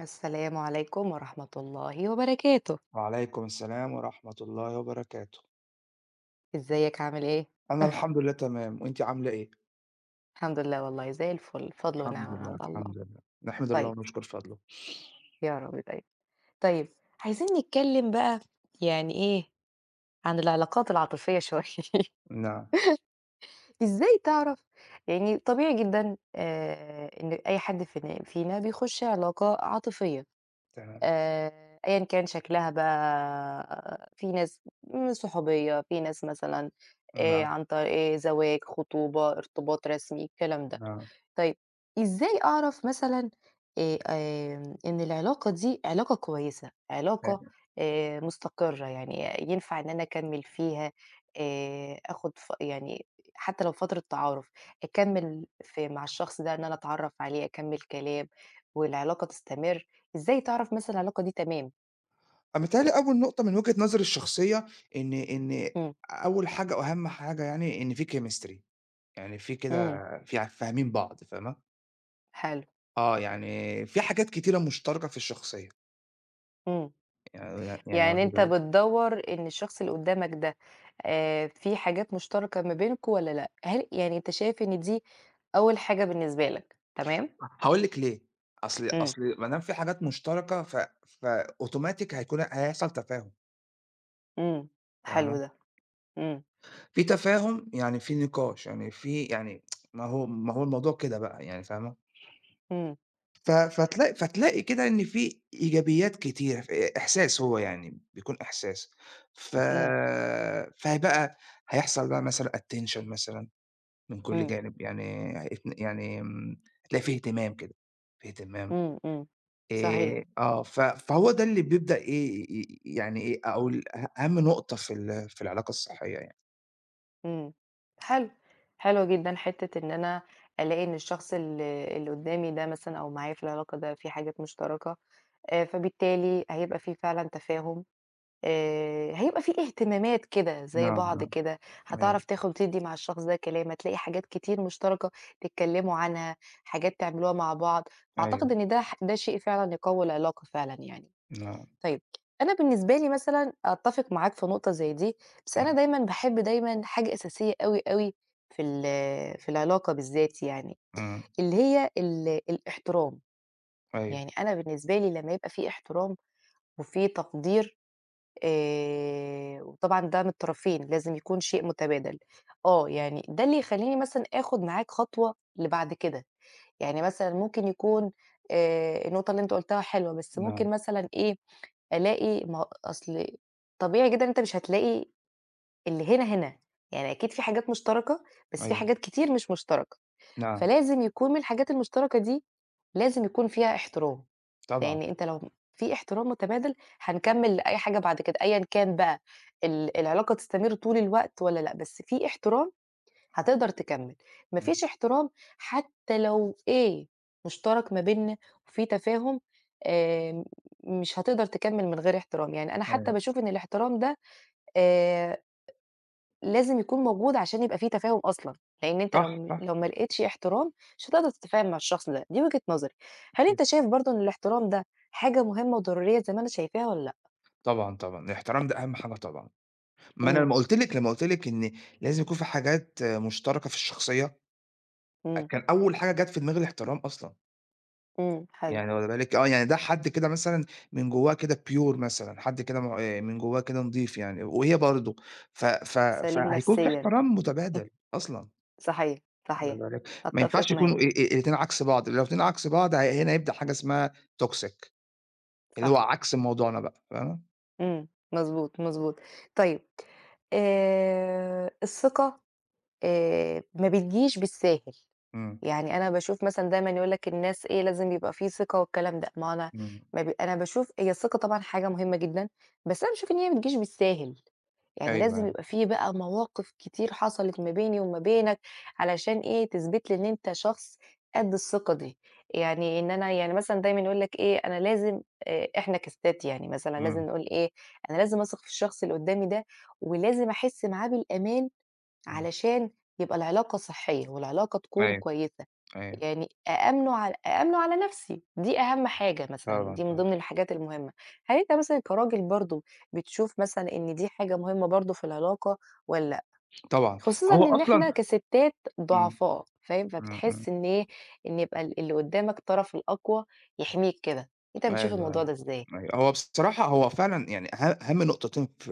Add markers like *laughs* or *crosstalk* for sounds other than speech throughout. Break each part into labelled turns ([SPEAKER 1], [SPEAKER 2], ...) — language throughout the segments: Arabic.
[SPEAKER 1] السلام عليكم ورحمة الله وبركاته.
[SPEAKER 2] وعليكم السلام ورحمة الله وبركاته.
[SPEAKER 1] إزيك عامل إيه؟
[SPEAKER 2] أنا الحمد
[SPEAKER 1] *laughs*
[SPEAKER 2] لله تمام، وأنتِ عاملة إيه؟
[SPEAKER 1] الحمد لله والله زي الفل، فضل
[SPEAKER 2] الحمد
[SPEAKER 1] ونعمة من
[SPEAKER 2] لله،
[SPEAKER 1] عند الله.
[SPEAKER 2] الحمد لله. نحمد الله
[SPEAKER 1] طيب
[SPEAKER 2] ونشكر فضله.
[SPEAKER 1] يا رب دايمًا. طيب عايزين نتكلم بقى يعني إيه، عن العلاقات العاطفية شوية. *laughs*
[SPEAKER 2] نعم،
[SPEAKER 1] إزاي تعرف يعني طبيعي جدًا إن أي حد فينا بيخش علاقة عاطفية.
[SPEAKER 2] تمام.
[SPEAKER 1] آآ أيًا كان شكلها بقى في ناس صحوبية، في ناس مثلًا
[SPEAKER 2] نعم،
[SPEAKER 1] عن طريق زواج، خطوبة، ارتباط رسمي، الكلام ده.
[SPEAKER 2] نعم.
[SPEAKER 1] طيب إزاي أعرف مثلًا آمم إن العلاقة دي علاقة كويسة، علاقة مستقرة، يعني ينفع إن أنا أكمّل فيها، آخُد يعني حتى لو فترة تعارُف، أكمّل في مع الشخص ده إن أنا أتعرّف عليه، أكمّل كلام والعلاقة تستمر، إزاي تعرف مثلًا العلاقة دي تمام؟
[SPEAKER 2] متهيأ لي أول نقطة من وجهة نظري الشخصية، إن
[SPEAKER 1] إمم،
[SPEAKER 2] أول حاجة وأهم حاجة يعني إن في chemistry، يعني في كده،
[SPEAKER 1] إمم،
[SPEAKER 2] في فاهمين بعض، فاهمة؟
[SPEAKER 1] حلو،
[SPEAKER 2] يعني في حاجات كتيرة مشتركة في الشخصية.
[SPEAKER 1] إمم.
[SPEAKER 2] يعني يعني يعني
[SPEAKER 1] يعني أنت بتدوّر إن الشخص اللي قدّامك ده في حاجات مشتركة ما بينكم والّا لأ؟ هل يعني أنت شايف إن دي أول حاجة بالنسبة لك، تمام؟
[SPEAKER 2] هاقول لِك ليه، أصل
[SPEAKER 1] إمم،
[SPEAKER 2] أصل ما دام في حاجات مشتركة فأوتوماتيك هيحصل تفاهم،
[SPEAKER 1] إمم، حلو
[SPEAKER 2] فاهمة؟
[SPEAKER 1] ده، إمم،
[SPEAKER 2] في تفاهم، يعني في نقاش، يعني في يعني ما هو الموضوع كده بقى يعني، فاهمة؟
[SPEAKER 1] إمم،
[SPEAKER 2] ف فتلاقي فتلاقي كده إن في إيجابيات كتير، إحساس، هو يعني بيكون إحساس. ف
[SPEAKER 1] إمم،
[SPEAKER 2] فبقى هيحصل بقى مثلًا attention مثلًا من كل
[SPEAKER 1] إمم،
[SPEAKER 2] جانب، يعني هيت يعني آمم، هتلاقي في اهتمام كده، في اهتمام.
[SPEAKER 1] إمم، إمم، صحيح،
[SPEAKER 2] آه، ف فهو ده اللي بيبدأ إيه، يعني إيه، أو ال أه أهم نقطة في العلاقة الصحية يعني.
[SPEAKER 1] إمم، حلو، حلو جدًا حتّة إن أنا ألاقي إن الشخص اللي قدّامي ده مثلًا أو معايا في العلاقة ده في حاجات مشتركة، فبالتالي هيبقى في فعلًا تفاهم. هيبقى في اهتمامات كده زي
[SPEAKER 2] نعم،
[SPEAKER 1] بعض
[SPEAKER 2] نعم،
[SPEAKER 1] كده،
[SPEAKER 2] أيوه،
[SPEAKER 1] هتعرف تاخد وتدّي مع الشخص ده كلام، هتلاقي حاجات كتير مشتركة تتكلموا عنها، حاجات تعملوها مع بعض،
[SPEAKER 2] أيوه،
[SPEAKER 1] فأعتقد إن ده شيء فعلًا يقوي العلاقة فعلًا يعني.
[SPEAKER 2] نعم،
[SPEAKER 1] طيب أنا بالنسبة لي مثلًا أتّفق معاك في نقطة زي دي، بس أنا
[SPEAKER 2] إمم،
[SPEAKER 1] دايمًا باحب دايمًا حاجة أساسية أوي في في العلاقة بالذات يعني،
[SPEAKER 2] إمم،
[SPEAKER 1] اللي هي الاحترام،
[SPEAKER 2] أيوه،
[SPEAKER 1] يعني أنا بالنسبة لي لمّا يبقى في احترام وفي تقدير وطبعًا ده من الطرفين، لازم يكون شيء متبادل. آه، يعني ده اللي يخلّيني مثلًا آخُد معاك خطوة لبعد كده، يعني مثلًا ممكن يكون النقطة اللي أنت قُلتها حلوة، بس
[SPEAKER 2] نعم،
[SPEAKER 1] ممكن مثلًا إيه، ألاقي ما هو أصل طبيعي جدًا أنت مش هتلاقي اللي هنا، هنا، يعني أكيد في حاجات مشتركة، بس في
[SPEAKER 2] أيوه،
[SPEAKER 1] حاجات كتير مش مشتركة،
[SPEAKER 2] نعم،
[SPEAKER 1] فلازم يكون من الحاجات المشتركة دي لازم يكون فيها احترام. لإن
[SPEAKER 2] طبعًا،
[SPEAKER 1] أنت لو في احترام متبادل هنكمّل لأي حاجة بعد كده، أيًا كان بقى العلاقة تستمر طول الوقت والّا لأ، بس في احترام هتقدر تكمّل، ما
[SPEAKER 2] إمم،
[SPEAKER 1] فيش احترام حتى لو إيه مشترك ما بيننا وفي تفاهم آآ، مش هتقدر تكمّل من غير احترام، يعني أنا حتى
[SPEAKER 2] أيوه،
[SPEAKER 1] باشوف إن الاحترام ده آآ لازم يكون موجود عشان يبقى في تفاهم أصلًا، لإن أنت لو
[SPEAKER 2] صح،
[SPEAKER 1] م
[SPEAKER 2] صح،
[SPEAKER 1] لو ما لقيتش احترام مش هتقدر تتفاهم مع الشخص ده، دي وجهة نظري. هل
[SPEAKER 2] أكيد،
[SPEAKER 1] أنت شايف برضه إن الاحترام ده حاجة مهمة وضرورية زي ما أنا شايفاها والّا لأ؟
[SPEAKER 2] طبعًا، طبعًا، الاحترام ده أهم حاجة طبعًا. ما أنا
[SPEAKER 1] إمم،
[SPEAKER 2] لمّا قُلت لِك إن لازم يكون في حاجات مشتركة في الشخصية،
[SPEAKER 1] إمم،
[SPEAKER 2] كان أول حاجة جات في دماغي الاحترام أصلًا.
[SPEAKER 1] إمم، حلو،
[SPEAKER 2] يعني واخدة بالِك، يعني ده حد كده مثلًا من جوّاه كده pure مثلًا، حد كده م من جوّاه كده نضيف يعني، وهي برضه، ف ف
[SPEAKER 1] سليم
[SPEAKER 2] فهيكون في
[SPEAKER 1] نفسيًا،
[SPEAKER 2] احترام
[SPEAKER 1] *laughs* إمم،
[SPEAKER 2] متبادل أصلًا،
[SPEAKER 1] صحيح،
[SPEAKER 2] واخدة
[SPEAKER 1] صحيح،
[SPEAKER 2] بالِك؟ ما ينفعش
[SPEAKER 1] أتفق
[SPEAKER 2] يكونوا
[SPEAKER 1] معاك،
[SPEAKER 2] الاتنين عكس بعض. لو الاتنين عكس بعض، هي هنا هيبدأ حاجة اسمها toxic، اللي هو
[SPEAKER 1] صح،
[SPEAKER 2] عكس موضوعنا بقى، فاهمة؟
[SPEAKER 1] إمم، مضبوط، مضبوط. طيب الثقة ما بتجيش بالساهل.
[SPEAKER 2] إمم،
[SPEAKER 1] يعني أنا باشوف مثلًا دايمًا يقول لك الناس إيه، لازم يبقى في ثقة والكلام ده، ما أنا
[SPEAKER 2] إمم،
[SPEAKER 1] ما بي أنا باشوف هي الثقة طبعًا حاجة مهمة جدًا، بس أنا باشوف إن هي ما بتجيش بالساهل، يعني
[SPEAKER 2] أيوه،
[SPEAKER 1] لازم
[SPEAKER 2] أيوه،
[SPEAKER 1] يبقى في بقى مواقف كتير حصلت ما بيني وما بينك علشان إيه، تثبت لي إن أنت شخص قد الثقة دي، يعني إن أنا يعني مثلًا دايمًا يقول لك إيه، أنا لازم إحنا كستات يعني مثلًا لازم
[SPEAKER 2] إمم،
[SPEAKER 1] نقول إيه، أنا لازم أثق في الشخص اللي قدّامي ده، ولازم أحس معاه بالأمان
[SPEAKER 2] إمم،
[SPEAKER 1] علشان يبقى العلاقة صحية والعلاقة تكون
[SPEAKER 2] أيوه،
[SPEAKER 1] كويسة،
[SPEAKER 2] أيوه،
[SPEAKER 1] يعني أأمِّنُه على نَفْسي، دي أهم حاجة مثلًا،
[SPEAKER 2] طبعًا،
[SPEAKER 1] دي من
[SPEAKER 2] طبعًا،
[SPEAKER 1] ضمن الحاجات المهمة. هل أنت مثلًا كراجل برضه بتشوف مثلًا إن دي حاجة مهمة برضه في العلاقة والّا لأ؟
[SPEAKER 2] طبعًا،
[SPEAKER 1] خصوصًا
[SPEAKER 2] هو
[SPEAKER 1] إن إحنا
[SPEAKER 2] أصلًا،
[SPEAKER 1] كسِتّات
[SPEAKER 2] إمم،
[SPEAKER 1] ضعفاء، فاهم،
[SPEAKER 2] إمم، إمم.
[SPEAKER 1] فبتحس إن إيه، إن يبقى اللي قُدّامك الطرف الأقوى يحميك كده، أنت
[SPEAKER 2] أيوه،
[SPEAKER 1] بتشوف الموضوع
[SPEAKER 2] أيوه،
[SPEAKER 1] ده إزاي؟
[SPEAKER 2] أيوه. هو بصراحة هو فعلًا يعني أهم نقطتين في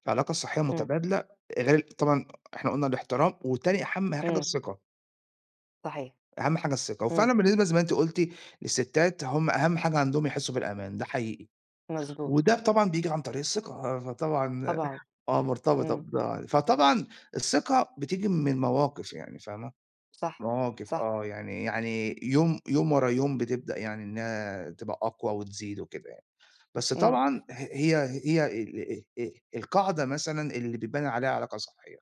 [SPEAKER 2] العلاقة الصحية
[SPEAKER 1] إمم،
[SPEAKER 2] المتبادلة، غير طبعًا إحنا قُلنا الاحترام، وتاني أهم حاجة
[SPEAKER 1] إمم،
[SPEAKER 2] الثقة،
[SPEAKER 1] صحيح،
[SPEAKER 2] أهم حاجة الثقة.
[SPEAKER 1] إمم،
[SPEAKER 2] وفعلًا بالنسبة زي ما أنتِ قُلتِ، للستات هم أهم حاجة عندهم يحسّوا بالأمان، ده حقيقي.
[SPEAKER 1] مضبوط،
[SPEAKER 2] وده طبعًا بييجي عن طريق الثقة، فطبعًا
[SPEAKER 1] طبعًا،
[SPEAKER 2] مرتبطة
[SPEAKER 1] إمم،
[SPEAKER 2] بده. فطبعًا الثقة بتيجي من مواقف، يعني فاهمة؟
[SPEAKER 1] صح،
[SPEAKER 2] مواقف،
[SPEAKER 1] صح،
[SPEAKER 2] يعني يوم يوم ورا يوم بتبدأ يعني إنها تبقى أقوى وتزيد وكده. بس
[SPEAKER 1] إمم.
[SPEAKER 2] طبعًا ه هي هي ال القاعدة مثلًا اللي بيبان عليها علاقة صحية.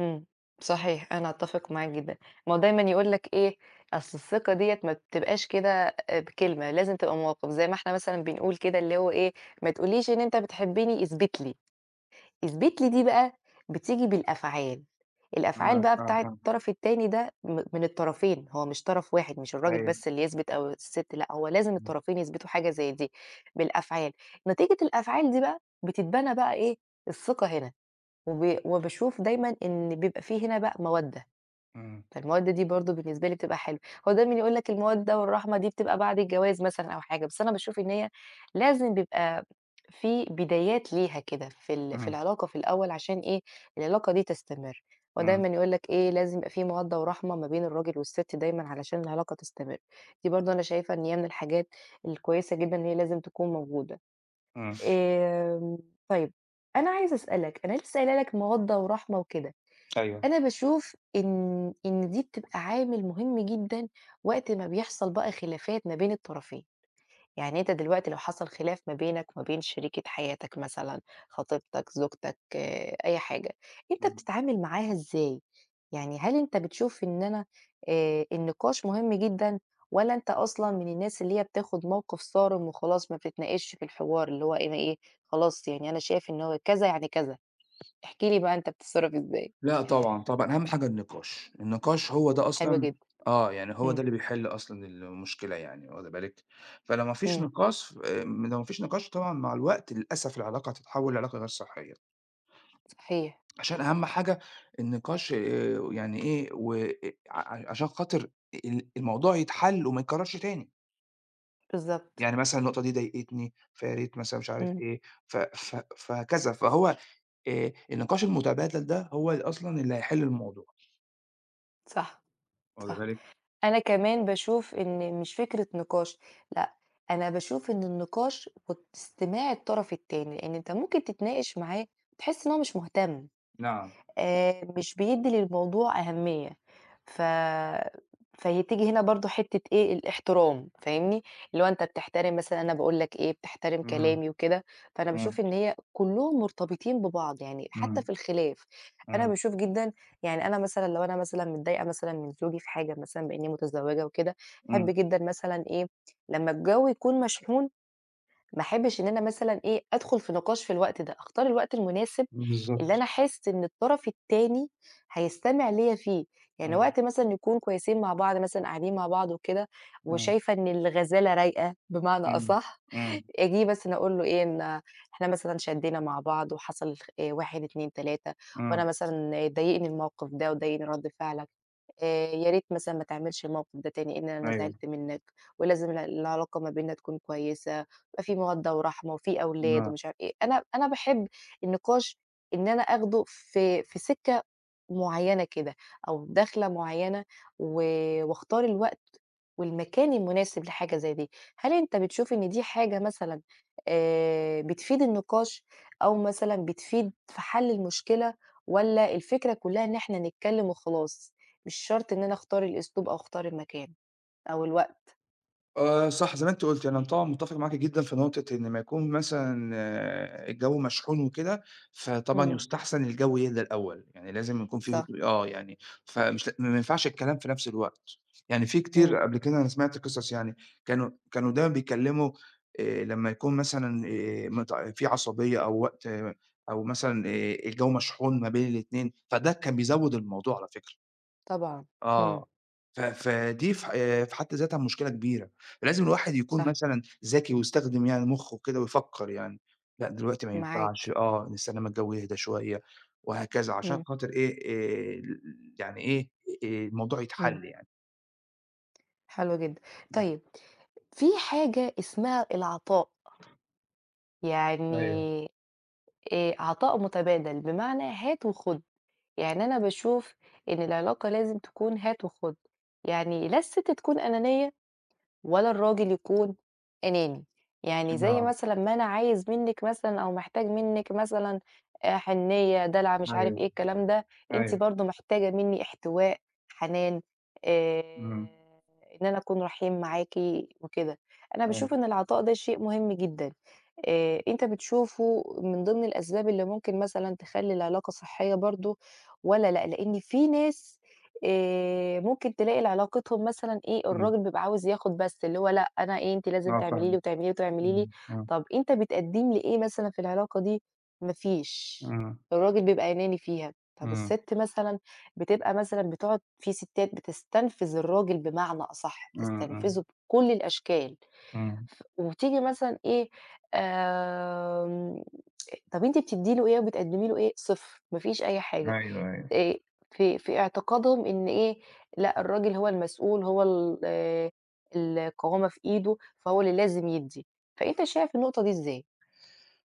[SPEAKER 1] إمم، صحيح، أنا أتّفق معاك جدًا. ما هو دايمًا يقول لك إيه، أصل الثقة ديّة ما بتبقاش كده بكلمة، لازم تبقى مواقف، زي ما إحنا مثلًا بنقول كده اللي هو إيه، ما تقوليش إن أنت بتحبّني، اثبت لي، اثبت لي دي بقى بتيجي بالأفعال،
[SPEAKER 2] إمم،
[SPEAKER 1] الأفعال بقى
[SPEAKER 2] إمم،
[SPEAKER 1] بتاعة
[SPEAKER 2] إمم،
[SPEAKER 1] الطرف التاني ده من الطرفين، هو مش طرف واحد، مش الراجل
[SPEAKER 2] أيوه،
[SPEAKER 1] بس اللي يثبت أو الست لأ، هو لازم
[SPEAKER 2] إمم،
[SPEAKER 1] الطرفين يثبتوا حاجة زي دي بالأفعال، نتيجة الأفعال دي بقى بتتبنى بقى إيه، الثقة هنا. وب وباشوف دايمًا إن بيبقى في هنا بقى مَوَدّة،
[SPEAKER 2] إمم،
[SPEAKER 1] فالمَوَدّة دي برضه بالنسبة لي بتبقى حلوة، هو دايمًا يقول لك المَوَدّة والرحمة دي بتبقى بعد الجواز مثلًا أو حاجة، بس أنا باشوف إن هي لازم بيبقى في بدايات ليها كده في في
[SPEAKER 2] إمم،
[SPEAKER 1] العلاقة في الأول عشان إيه، العلاقة دي تستمر، هو
[SPEAKER 2] إمم،
[SPEAKER 1] دايمًا يقول لك إيه، لازم يبقى في مَوَدّة ورحمة ما بين الراجل والست دايمًا علشان العلاقة تستمر، دي برضه أنا شايفة إن هي من الحاجات الكويسة جدًا إن هي لازم تكون موجودة.
[SPEAKER 2] إمم،
[SPEAKER 1] آمم، طيب أنا عايزة أسألك، أنا لسه قايله لك مودة ورحمة وكده،
[SPEAKER 2] أيوه،
[SPEAKER 1] أنا باشوف إن دي بتبقى عامل مهم جدًا وقت ما بيحصل بقى خلافات ما بين الطرفين. يعني أنت دلوقتي لو حصل خلاف ما بينك وما بين شريكة حياتك مثلًا، خطيبتك، زوجتك، أي حاجة، أنت
[SPEAKER 2] إمم.
[SPEAKER 1] بتتعامل معاها إزاي؟ يعني هل أنت بتشوف إن أنا النقاش مهم جدًا والّا أنت أصلًا من الناس اللي هي بتاخد موقف صارم وخلاص ما بتتناقشش في الحوار، اللي هو إيه، أنا إيه، خلاص يعني أنا شايف إن هو كذا يعني كذا، احكِ لي بقى أنت بتتصرف إزاي؟
[SPEAKER 2] لأ طبعًا، طبعًا، أهم حاجة النقاش، النقاش هو ده
[SPEAKER 1] حلو
[SPEAKER 2] أصلًا.
[SPEAKER 1] جدًا،
[SPEAKER 2] يعني هو
[SPEAKER 1] إمم،
[SPEAKER 2] ده اللي بيحل أصلًا المشكلة، يعني واخدة بالِك؟ فلو ما فيش
[SPEAKER 1] إمم،
[SPEAKER 2] نقاش، طبعًا مع الوقت للأسف العلاقة هتتحول لعلاقة غير صحية.
[SPEAKER 1] صحيح،
[SPEAKER 2] عشان أهم حاجة النقاش، يعني إيه، و عشان خاطر الموضوع يتحل وما يتكررش تاني،
[SPEAKER 1] بالضبط،
[SPEAKER 2] يعني مثلًا النقطة دي ضايقتني، فيا ريت مثلًا مش عارف
[SPEAKER 1] إمم،
[SPEAKER 2] إيه، ف ف فهكذا، فهو النقاش المتبادل ده هو اللي أصلًا هيحل الموضوع،
[SPEAKER 1] صح،
[SPEAKER 2] واخدة
[SPEAKER 1] صح.
[SPEAKER 2] بالِك؟
[SPEAKER 1] أنا كمان باشوف إن مش فكرة نقاش، لأ، أنا باشوف إن النقاش واستماع الطرف التاني، لإن أنت ممكن تتناقش معاه وتحس إن هو مش مهتم.
[SPEAKER 2] نعم.
[SPEAKER 1] مش بيدّي للموضوع أهمية، ف فهي تيجي هنا برضه حتّة إيه، الاحترام فاهمني، اللي هو أنت بتحترم مثلًا أنا باقول لك إيه، بتحترم
[SPEAKER 2] إمم،
[SPEAKER 1] كلامي وكده، فأنا باشوف
[SPEAKER 2] إمم،
[SPEAKER 1] إن هي كلّهم مرتبطين ببعض، يعني حتى
[SPEAKER 2] إمم،
[SPEAKER 1] في الخلاف، أنا
[SPEAKER 2] إمم،
[SPEAKER 1] باشوف جدًا يعني أنا مثلًا لو أنا مثلًا متضايقة مثلًا من زوجي في حاجة مثلًا بإنّي متزوجة وكده، أحب
[SPEAKER 2] إمم،
[SPEAKER 1] جدًا مثلًا إيه، لمّا الجو يكون مشحون ما احبش إن أنا مثلًا إيه، أدخل في نقاش في الوقت ده، أختار الوقت المناسب
[SPEAKER 2] بالضبط،
[SPEAKER 1] اللي أنا أحس إن الطرف التاني هيستمع ليّا فيه، يعني
[SPEAKER 2] إمم،
[SPEAKER 1] وقت مثلًا نكون كويسين مع بعض مثلًا قاعدين مع بعض وكده،
[SPEAKER 2] إمم،
[SPEAKER 1] وشايفة إن الغزالة رايقة بمعنى
[SPEAKER 2] إمم،
[SPEAKER 1] أصح،
[SPEAKER 2] إمم،
[SPEAKER 1] آجي مثلًا أقول له إيه، إن إحنا مثلًا شدّينا مع بعض وحصل 1، 2، 3 وأنا
[SPEAKER 2] إمم،
[SPEAKER 1] مثلًا ضايقني الموقف ده وضايقني رد فعلك. يا ريت مثلًا ما تعملش الموقف ده تاني، إن أنا
[SPEAKER 2] أيوه،
[SPEAKER 1] زعلت منّك، ولازم العلاقة ما بيننا تكون كويسة، يبقى في مودة ورحمة وفي أولاد
[SPEAKER 2] نعم.
[SPEAKER 1] ومش عارف إيه، أنا باحب النقاش إن أنا آخده في في سكة معيّنة كده أو دخلة معيّنة و واختار الوقت والمكان المناسب لحاجة زي دي. هل أنت بتشوف إن دي حاجة مثلًا بتفيد النقاش أو مثلًا بتفيد في حل المشكلة والّا الفكرة كُلّها إن إحنا نتكلّم وخلاص، مش شرط إن أنا أختار الأسلوب أو أختار المكان أو الوقت؟
[SPEAKER 2] آه، صح زي ما أنتِ قُلتِ، يعني أنا طبعًا متّفق معاكِ جدًا في نقطة إن أمّا يكون مثلًا الجو مشحون وكده، فطبعًا
[SPEAKER 1] إمم،
[SPEAKER 2] يُستحسن الجو يهدى الأول، يعني لازم يكون في
[SPEAKER 1] صح،
[SPEAKER 2] هدوء، يعني ما ينفعش الكلام في نفس الوقت، يعني في كتير
[SPEAKER 1] إمم،
[SPEAKER 2] قبل كده أنا سمعت قصص يعني كانوا دايمًا بيتكلموا لمّا يكون مثلًا في عصبية أو وقت، أو مثلًا الجو مشحون ما بين الاتنين، فده كان بيزوّد الموضوع على فكرة.
[SPEAKER 1] طبعًا، إمم،
[SPEAKER 2] آه. فدي في حد ذاتها مشكلة كبيرة، فلازم الواحد يكون
[SPEAKER 1] صح،
[SPEAKER 2] مثلًا ذكي ويستخدم يعني مُخّه كده ويفكّر يعني، لأ دلوقتي ما
[SPEAKER 1] معاك،
[SPEAKER 2] ينفعش، آه نستنى أمّا الجو يهدى شوية وهكذا، عشان
[SPEAKER 1] إمم،
[SPEAKER 2] خاطر إيه، ال يعني إيه، الموضوع
[SPEAKER 1] إمم،
[SPEAKER 2] يتحل يعني.
[SPEAKER 1] حلو جدًا.
[SPEAKER 2] إمم.
[SPEAKER 1] طيب في حاجة اسمها العطاء.
[SPEAKER 2] أيوه.
[SPEAKER 1] يعني عطاء متبادل، بمعنى هات وخُد، يعني أنا باشوف إن العلاقة لازم تكون هات وخُد، يعني لا الست تكون أنانية ولا الراجل يكون أناني، يعني زي
[SPEAKER 2] آه.
[SPEAKER 1] مثلًا ما أنا عايز منِّك مثلًا أو محتاج منِّك مثلًا حنيّة، دلعة، مش عارف
[SPEAKER 2] أيوه،
[SPEAKER 1] إيه الكلام ده، أنتِ
[SPEAKER 2] أيوه.
[SPEAKER 1] برضه محتاجة منّي احتواء، حنان،
[SPEAKER 2] إمم.
[SPEAKER 1] آآ إن أنا أكون رحيم معاكِ وكده. أنا باشوف
[SPEAKER 2] أيوه.
[SPEAKER 1] إن العطاء ده شيء مهم جدًا، أنت بتشوفه من ضمن الأسباب اللي ممكن مثلًا تخلّي العلاقة صحية برضه والّا لأ؟ لإن في ناس ممكن تلاقي علاقتهم مثلًا إيه،
[SPEAKER 2] إمم.
[SPEAKER 1] الراجل بيبقى عاوز ياخد بس، اللي هو لأ أنا إيه، أنتِ لازم
[SPEAKER 2] آه،
[SPEAKER 1] تعملي لي
[SPEAKER 2] فاهمك.
[SPEAKER 1] وتعملي لي وتعملي لي،
[SPEAKER 2] إمم. إمم.
[SPEAKER 1] طَب أنت بتقدّم لي إيه مثلًا في العلاقة دي؟ ما فيش،
[SPEAKER 2] إمم.
[SPEAKER 1] الراجل بيبقى أناني فيها. طَب
[SPEAKER 2] إمم.
[SPEAKER 1] السِت مثلًا بتبقى مثلًا بتقعد في سِتات بتستنفذ الراجل بمعنى أصح،
[SPEAKER 2] إمم، إمم.
[SPEAKER 1] بتستنفذه بكل الأشكال،
[SPEAKER 2] إمم.
[SPEAKER 1] وتيجي مثلًا إيه، آمم طَب أنتِ بتدّي له إيه وبتقدّمي له إيه؟ صفر، ما فيش أي حاجة.
[SPEAKER 2] أيوه، أيوه.
[SPEAKER 1] آآ في في اعتقادهم إن إيه، لأ الراجل هو المسؤول، هو ال آه، القوامة في إيده، فهو اللي لازم يدّي. فأنت شايف النقطة دي إزاي؟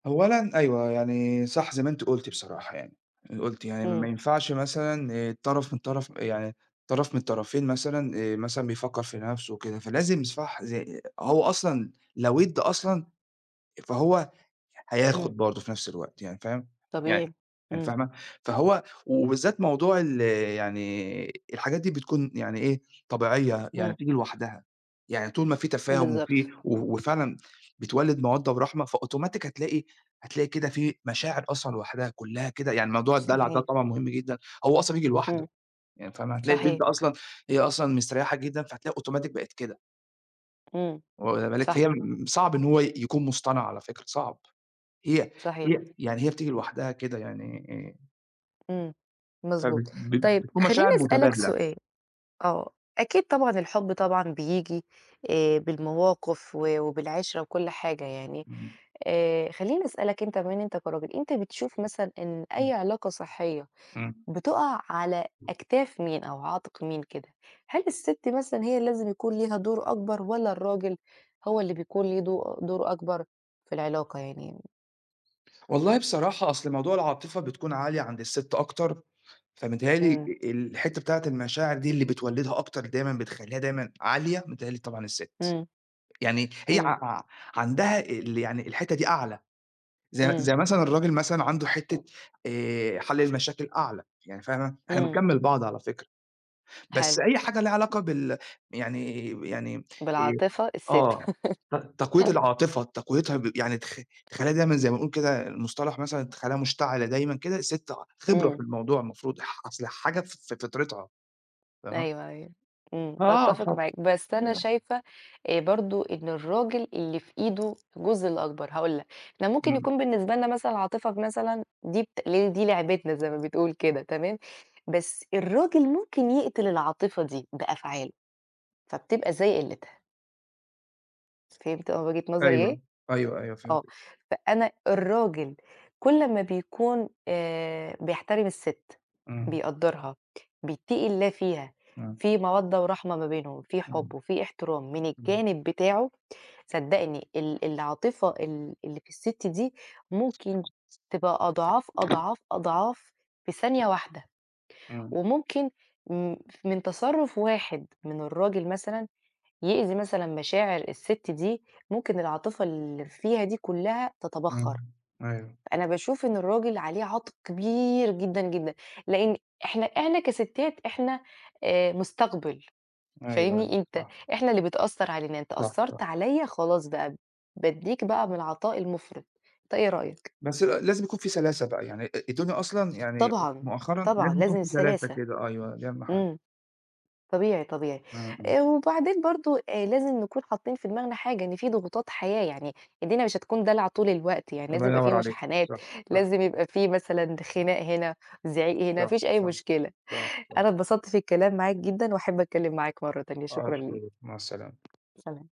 [SPEAKER 2] أولًا أيوه، يعني صح زي ما أنتِ قُلتِ بصراحة يعني، قُلتِ يعني ما
[SPEAKER 1] إمم،
[SPEAKER 2] ينفعش مثلًا طرف من طرف يعني، طرف من الطرفين مثلًا مثلًا بيفكّر في نَفْسه وكده، فلازم صح، زي هو أصلًا لو وِد أصلًا، فهو
[SPEAKER 1] إمم،
[SPEAKER 2] هياخد برضه في نفس الوقت، يعني فاهم؟ يعني
[SPEAKER 1] طبيعي،
[SPEAKER 2] يعني
[SPEAKER 1] إمم،
[SPEAKER 2] فاهمة؟ فهو، وبالذات موضوع يعني الحاجات دي بتكون يعني إيه، طبيعية، يعني
[SPEAKER 1] إمم،
[SPEAKER 2] بتيجي لوحدها، يعني طول ما في تفاهم وفي
[SPEAKER 1] بالضبط،
[SPEAKER 2] و وفعلًا بتولِّد مَوَدّة ورحمة، فأوتوماتيك هتلاقي كده في مشاعر أصلًا لوحدها كلّها كده، يعني موضوع الدلع ده
[SPEAKER 1] صحيح،
[SPEAKER 2] طبعًا مهم جدًا، هو أصلًا بييجي
[SPEAKER 1] إمم،
[SPEAKER 2] لوحده، يعني فاهمة؟ هتلاقي
[SPEAKER 1] صحيح،
[SPEAKER 2] البنت أصلًا هي أصلًا مستريّحة جدًا، فهتلاقي أوتوماتيك بقت كده،
[SPEAKER 1] إمم،
[SPEAKER 2] واخدة بالِك؟
[SPEAKER 1] صح،
[SPEAKER 2] فهي صعب إن هو يكون مصطنع على فكرة، صعب. هي
[SPEAKER 1] صحيح،
[SPEAKER 2] هي بتيجي لوحدها كده، يعني آآ
[SPEAKER 1] إمم،
[SPEAKER 2] فب
[SPEAKER 1] مضبوط.
[SPEAKER 2] ب
[SPEAKER 1] طيب
[SPEAKER 2] بتكون
[SPEAKER 1] خلّيني
[SPEAKER 2] مشاعر
[SPEAKER 1] أسألك
[SPEAKER 2] متبادلة.
[SPEAKER 1] سؤال، آه، أكيد طبعًا الحب طبعًا بييجي بالمواقف و وبالعِشرة وكل حاجة يعني.
[SPEAKER 2] إمم،
[SPEAKER 1] خلّيني أسألك أنت بما إن أنت كراجل، أنت بتشوف مثلًا إن أي
[SPEAKER 2] إمم،
[SPEAKER 1] علاقة صحية
[SPEAKER 2] إمم.
[SPEAKER 1] بتُقع على أكتاف مين أو عاتق مين كده؟ هل الست مثلًا هي اللي لازم يكون ليها دور أكبر والّا الراجل هو اللي بيكون ليه دور أكبر في العلاقة يعني؟
[SPEAKER 2] والله بصراحة أصل موضوع العاطفة بتكون عالية عند الست أكتر، فمتهيأ لي
[SPEAKER 1] إمم،
[SPEAKER 2] الحتّة بتاعة المشاعر دي اللي بتولدها أكتر دايمًا بتخلّيها دايمًا عالية، متهيأ لي طبعًا الست.
[SPEAKER 1] إمم،
[SPEAKER 2] يعني هي ع
[SPEAKER 1] إمم،
[SPEAKER 2] ع عندها يعني الحتّة دي أعلى، زي
[SPEAKER 1] إمم،
[SPEAKER 2] زي مثلًا الراجل مثلًا عنده حتّة حل المشاكل أعلى، يعني فاهمة؟ إحنا
[SPEAKER 1] إمم،
[SPEAKER 2] بنكمّل بعض على فكرة. بس
[SPEAKER 1] حلو،
[SPEAKER 2] أي حاجة ليها علاقة بال يعني يعني
[SPEAKER 1] بالعاطفة الست.
[SPEAKER 2] آه،
[SPEAKER 1] *laughs*
[SPEAKER 2] تقوية العاطفة، تقويتها يعني تخلّيها دايمًا زي ما بنقول كده المصطلح مثلًا، تخلّيها مشتعلة دايمًا كده، السِت خبرة
[SPEAKER 1] إمم.
[SPEAKER 2] في الموضوع المفروض، أصل حاجة في فطرتها، فاهمة؟
[SPEAKER 1] أيوه، أيوه. إمم،
[SPEAKER 2] آه،
[SPEAKER 1] أتّفق
[SPEAKER 2] *unintelligible*
[SPEAKER 1] معاك، بس أنا
[SPEAKER 2] صحيح.
[SPEAKER 1] شايفة برضه إن الراجل اللي في إيده الجزء الأكبر، هاقول لك، إحنا ممكن
[SPEAKER 2] إمم،
[SPEAKER 1] يكون بالنسبة لنا مثلًا العاطفة مثلًا دي بت ل دي لعبتنا زي ما بتقول كده تمام، بس الراجل ممكن يقتل العاطفة دي بأفعاله، فبتبقى زي قِلِّتها، فهمت أنا وجهة نظري
[SPEAKER 2] أيوه،
[SPEAKER 1] إيه؟
[SPEAKER 2] أيوه، أيوه
[SPEAKER 1] آه،
[SPEAKER 2] فهمتِك،
[SPEAKER 1] فأنا الراجل كل ما بيكون بيحترم الست،
[SPEAKER 2] إمم،
[SPEAKER 1] بيقدّرها، بيتقي الله فيها،
[SPEAKER 2] إمم،
[SPEAKER 1] في مودة ورحمة ما بينهم، في
[SPEAKER 2] إمم،
[SPEAKER 1] حب وفي احترام من
[SPEAKER 2] إمم،
[SPEAKER 1] الجانب بتاعه، صدّقني العاطفة اللي في الست دي ممكن تبقى أضعاف، أضعاف، أضعاف في ثانية واحدة،
[SPEAKER 2] إمم،
[SPEAKER 1] وممكن م من تصرُّف واحد من الراجل مثلًا يأذي مثلًا مشاعر الست دي، ممكن العاطفة اللي فيها دي كلّها
[SPEAKER 2] إمم،
[SPEAKER 1] تتبخّر،
[SPEAKER 2] أيوه،
[SPEAKER 1] أنا باشوف إن الراجل عليه عاتق كبير جدًا، لإن إحنا كستات إحنا مستقبل،
[SPEAKER 2] أيوه، أيوه،
[SPEAKER 1] فاهمني، أنت
[SPEAKER 2] صح،
[SPEAKER 1] إحنا اللي بتأثّر علينا، أنت
[SPEAKER 2] صح.
[SPEAKER 1] أثّرت عليَّ خلاص بقى بادّيك بقى من العطاء المُفرط، أنت إيه رأيك؟
[SPEAKER 2] بس لازم يكون في سلاسة بقى، يعني الدنيا أصلًا يعني
[SPEAKER 1] طبعًا،
[SPEAKER 2] مؤخرًا
[SPEAKER 1] طبعًا
[SPEAKER 2] لازم يكون
[SPEAKER 1] لازم
[SPEAKER 2] في سلاسة
[SPEAKER 1] السلاسة،
[SPEAKER 2] كده، أيوه دي أهم حاجة،
[SPEAKER 1] إمم. طبيعي، طبيعي.
[SPEAKER 2] إمم، إمم،
[SPEAKER 1] وبعدين برضه لازم نكون حاطين في دماغنا حاجة، إن في ضغوطات حياة، يعني الدنيا مش هتكون دلعة طول الوقت، يعني لازم
[SPEAKER 2] الله
[SPEAKER 1] يبقى في
[SPEAKER 2] ينور عليك،
[SPEAKER 1] مشاحنات،
[SPEAKER 2] صح، صح،
[SPEAKER 1] لازم يبقى في مثلًا خناق هنا، زعيق هنا، ما
[SPEAKER 2] صح،
[SPEAKER 1] فيش أي
[SPEAKER 2] صح،
[SPEAKER 1] مشكلة.
[SPEAKER 2] صح، صح،
[SPEAKER 1] أنا اتبسطت في الكلام معاك جدًا، وأحب أتكلم معاك مرة تانية، شكرًا ليك.
[SPEAKER 2] أشكرِك، مع السلامة.
[SPEAKER 1] سلام.